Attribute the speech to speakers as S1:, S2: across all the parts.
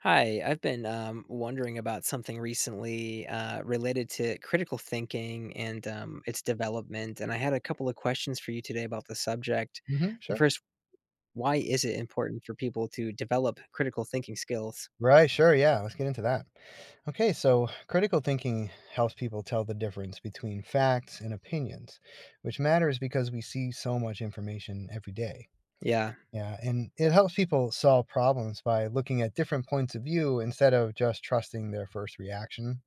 S1: Hi, I've been wondering about something recently related to critical thinking and its development. And I had a couple of questions for you today about the subject.
S2: Mhm,
S1: The
S2: sure.
S1: first, why is it important for people to develop critical thinking skills?
S2: Right, sure, yeah, let's get into that. Okay, so critical thinking helps people tell the difference between facts and opinions, which matters because we see so much information every day.
S1: Yeah.
S2: Yeah, and it helps people solve problems by looking at different points of view instead of just trusting their first reaction.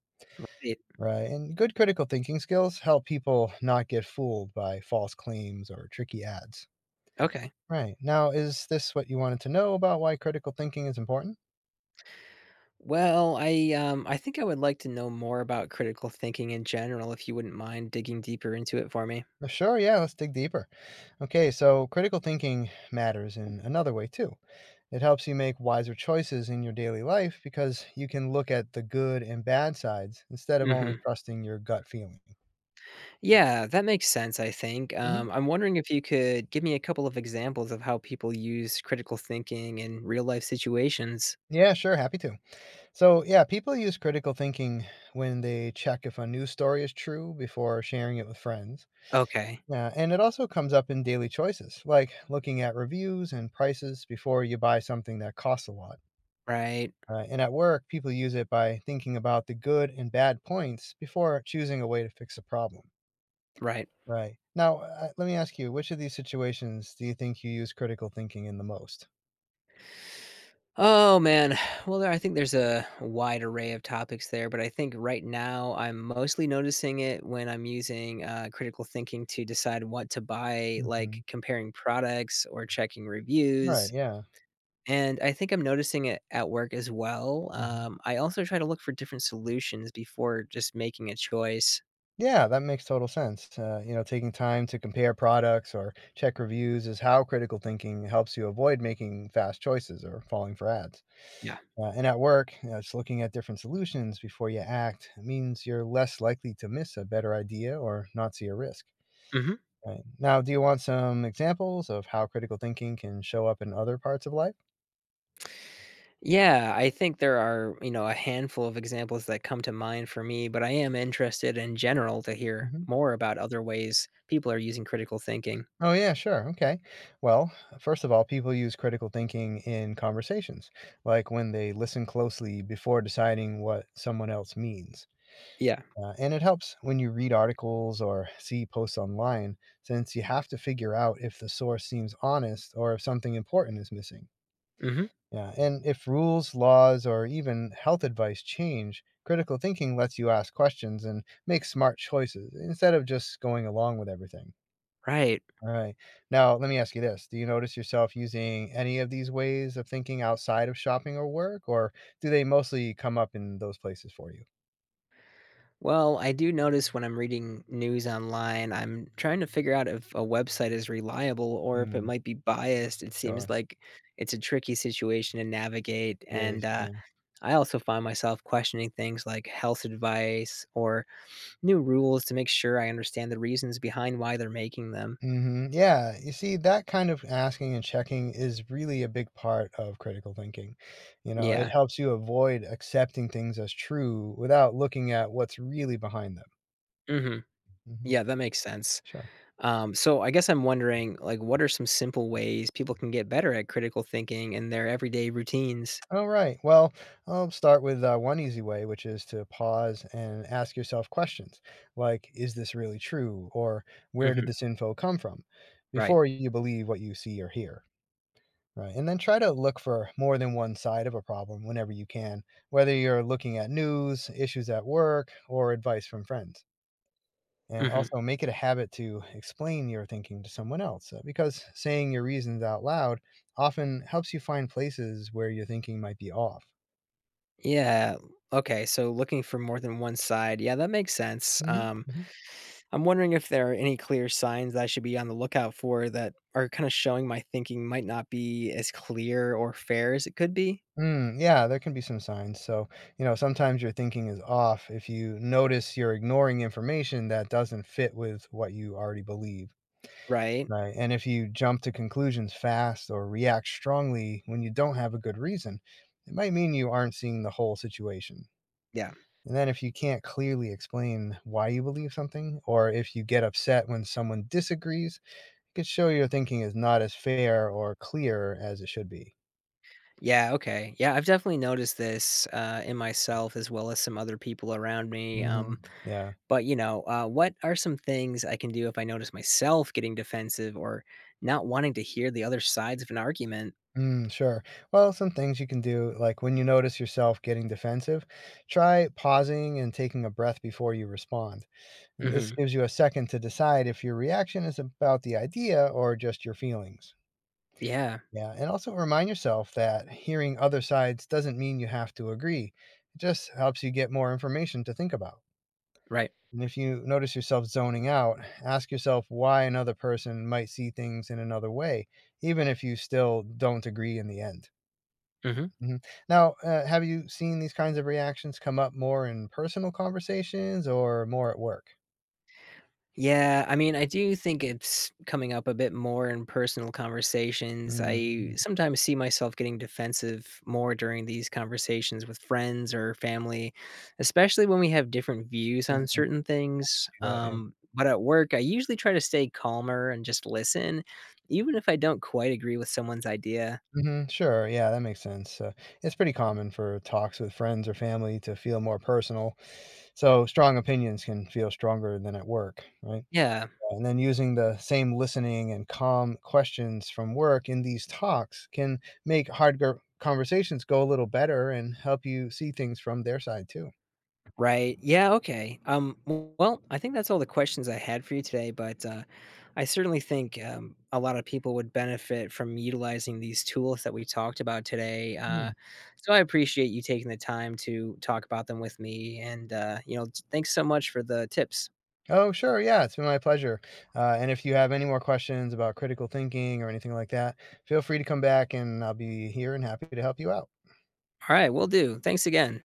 S1: it-
S2: Right, and good critical thinking skills help people not get fooled by false claims or tricky ads.
S1: okay.
S2: Right, now, is this what you wanted to know about why critical thinking is important?
S1: Well, I think I would like to know more about critical thinking in general, if you wouldn't mind digging deeper into it for me.
S2: Sure, yeah, let's dig deeper. Okay, so critical thinking matters in another way too. It helps you make wiser choices in your daily life because you can look at the good and bad sides instead of only
S1: Hmm.
S2: trusting your gut feeling.
S1: Yeah, that makes sense, I think.
S2: Hmm.
S1: I'm wondering if you could give me a couple of examples of how people use critical thinking in real life situations.
S2: Yeah, sure, happy to. So, yeah, people use critical thinking when they check if a news story is true before sharing it with friends.
S1: Okay.
S2: Yeah, and it also comes up in daily choices, like looking at reviews and prices before you buy something that costs a lot.
S1: Right.
S2: And at work, people use it by thinking about the good and bad points before choosing a way to fix a problem.
S1: Right.
S2: Right. Now, let me ask you, which of these situations do you think you use critical thinking in the most?
S1: Oh man. Well, I think there's a wide array of topics there, but I think right now I'm mostly noticing it when I'm using critical thinking to decide what to buy,
S2: Hmm.
S1: like comparing products or checking
S2: Right.
S1: reviews.
S2: Yeah.
S1: And I think I'm noticing it at work as well.
S2: Mhm.
S1: I also try to look for different solutions before just making a choice.
S2: Yeah, that makes total sense. Taking time to compare products or check reviews is how critical thinking helps you avoid making fast choices or falling for ads.
S1: Yeah.
S2: And at work, just looking at different solutions before you act means you're less likely to miss a better idea or not see a risk.
S1: Mhm.
S2: Right. Now, do you want some examples of how critical thinking can show up in other parts of life?
S1: Yeah, I think there are, you know, a handful of examples that come to mind for me, but I am interested in general to hear
S2: Mm-hmm.
S1: more about other ways people are using critical thinking.
S2: Oh, yeah, sure. Okay. Well, first of all, people use critical thinking in conversations, like when they listen closely before deciding what someone else means.
S1: Yeah.
S2: And it helps when you read articles or see posts online, since you have to figure out if the source seems honest or if something important is missing.
S1: Hmm.
S2: Yeah, and if rules, laws, or even health advice change, critical thinking lets you ask questions and make smart choices instead of just going along with everything.
S1: Right.
S2: Alright. Now, let me ask you this, do you notice yourself using any of these ways of thinking outside of shopping or work, or do they mostly come up in those places for you?
S1: Well, I do notice when I'm reading news online, I'm trying to figure out if a website is reliable or if it
S2: Mm,
S1: might be biased. It seems
S2: sure.
S1: like it's a tricky situation to navigate.
S2: It
S1: And
S2: is, yeah.
S1: I also find myself questioning things like health advice or new rules to make sure I understand the reasons behind why they're making them.
S2: Mhm, yeah, you see, that kind of asking and checking is really a big part of critical thinking, it
S1: Yeah.
S2: helps you avoid accepting things as true without looking at what's really behind them.
S1: Hmm.
S2: Mhm,
S1: Yeah, that makes sense.
S2: sure.
S1: So I guess I'm wondering, like, what are some simple ways people can get better at critical thinking in their everyday routines?
S2: All right. Well, I'll start with one easy way, which is to pause and ask yourself questions like, is this really true? Or where did
S1: Hmm.
S2: this info come from?
S1: Right.
S2: Before you believe what you see or hear. Right. And then try to look for more than one side of a problem whenever you can, whether you're looking at news, issues at work, or advice from friends. And
S1: Hmm.
S2: also make it a habit to explain your thinking to someone else because saying your reasons out loud often helps you find places where your thinking might be off.
S1: Yeah. Okay. So looking for more than one side. Yeah, that makes sense.
S2: Mhm, mhm.
S1: I'm wondering if there are any clear signs that I should be on the lookout for that are kind of showing my thinking might not be as clear or fair as it could be.
S2: Mm, yeah, there can be some signs. So, sometimes your thinking is off if you notice you're ignoring information that doesn't fit with what you already believe,
S1: Right.
S2: right? And if you jump to conclusions fast or react strongly when you don't have a good reason, it might mean you aren't seeing the whole situation.
S1: Yeah.
S2: And then if you can't clearly explain why you believe something, or if you get upset when someone disagrees, it could show your thinking is not as fair or clear as it should be.
S1: Yeah. Okay. Yeah. I've definitely noticed this in myself as well as some other people around me.
S2: Hmm. Yeah.
S1: But, you know, what are some things I can do if I notice myself getting defensive or not wanting to hear the other sides of an argument?
S2: Mm, sure. Well, some things you can do, like when you notice yourself getting defensive, try pausing and taking a breath before you respond. And this
S1: Hmm.
S2: gives you a second to decide if your reaction is about the idea or just your feelings.
S1: Yeah.
S2: Yeah, and also remind yourself that hearing other sides doesn't mean you have to agree. It just helps you get more information to think about.
S1: Right.
S2: And if you notice yourself zoning out, ask yourself why another person might see things in another way, even if you still don't agree in the end.
S1: Hmm.
S2: Mhm. Now, have you seen these kinds of reactions come up more in personal conversations or more at work?
S1: Yeah, I mean, I do think it's coming up a bit more in personal conversations. I
S2: Mm,
S1: sometimes see myself getting defensive more during these conversations with friends or family, especially when we have different views on
S2: mhm,
S1: certain things.
S2: do that, yeah.
S1: But at work, I usually try to stay calmer and just listen, even if I don't quite agree with someone's idea.
S2: Mhm, sure, yeah, that makes sense. It's pretty common for talks with friends or family to feel more personal, so strong opinions can feel stronger than at work, right?
S1: Yeah.
S2: And then using the same listening and calm questions from work in these talks can make conversations go a little better and help you see things from their side too.
S1: Right. Yeah, okay. W well, I think that's all the questions I had for you today, but, I certainly think, a lot of people would benefit from utilizing these tools that we talked about today,
S2: Hmm.
S1: so I appreciate you taking the time to talk about them with me, and, you know, thanks so much for the tips.
S2: Oh, sure. Yeah, it's been my pleasure. And if you have any more questions about critical thinking or anything like that, feel free to come back and I'll be here and happy to help you out.
S1: Alright, right. Will do. Thanks again.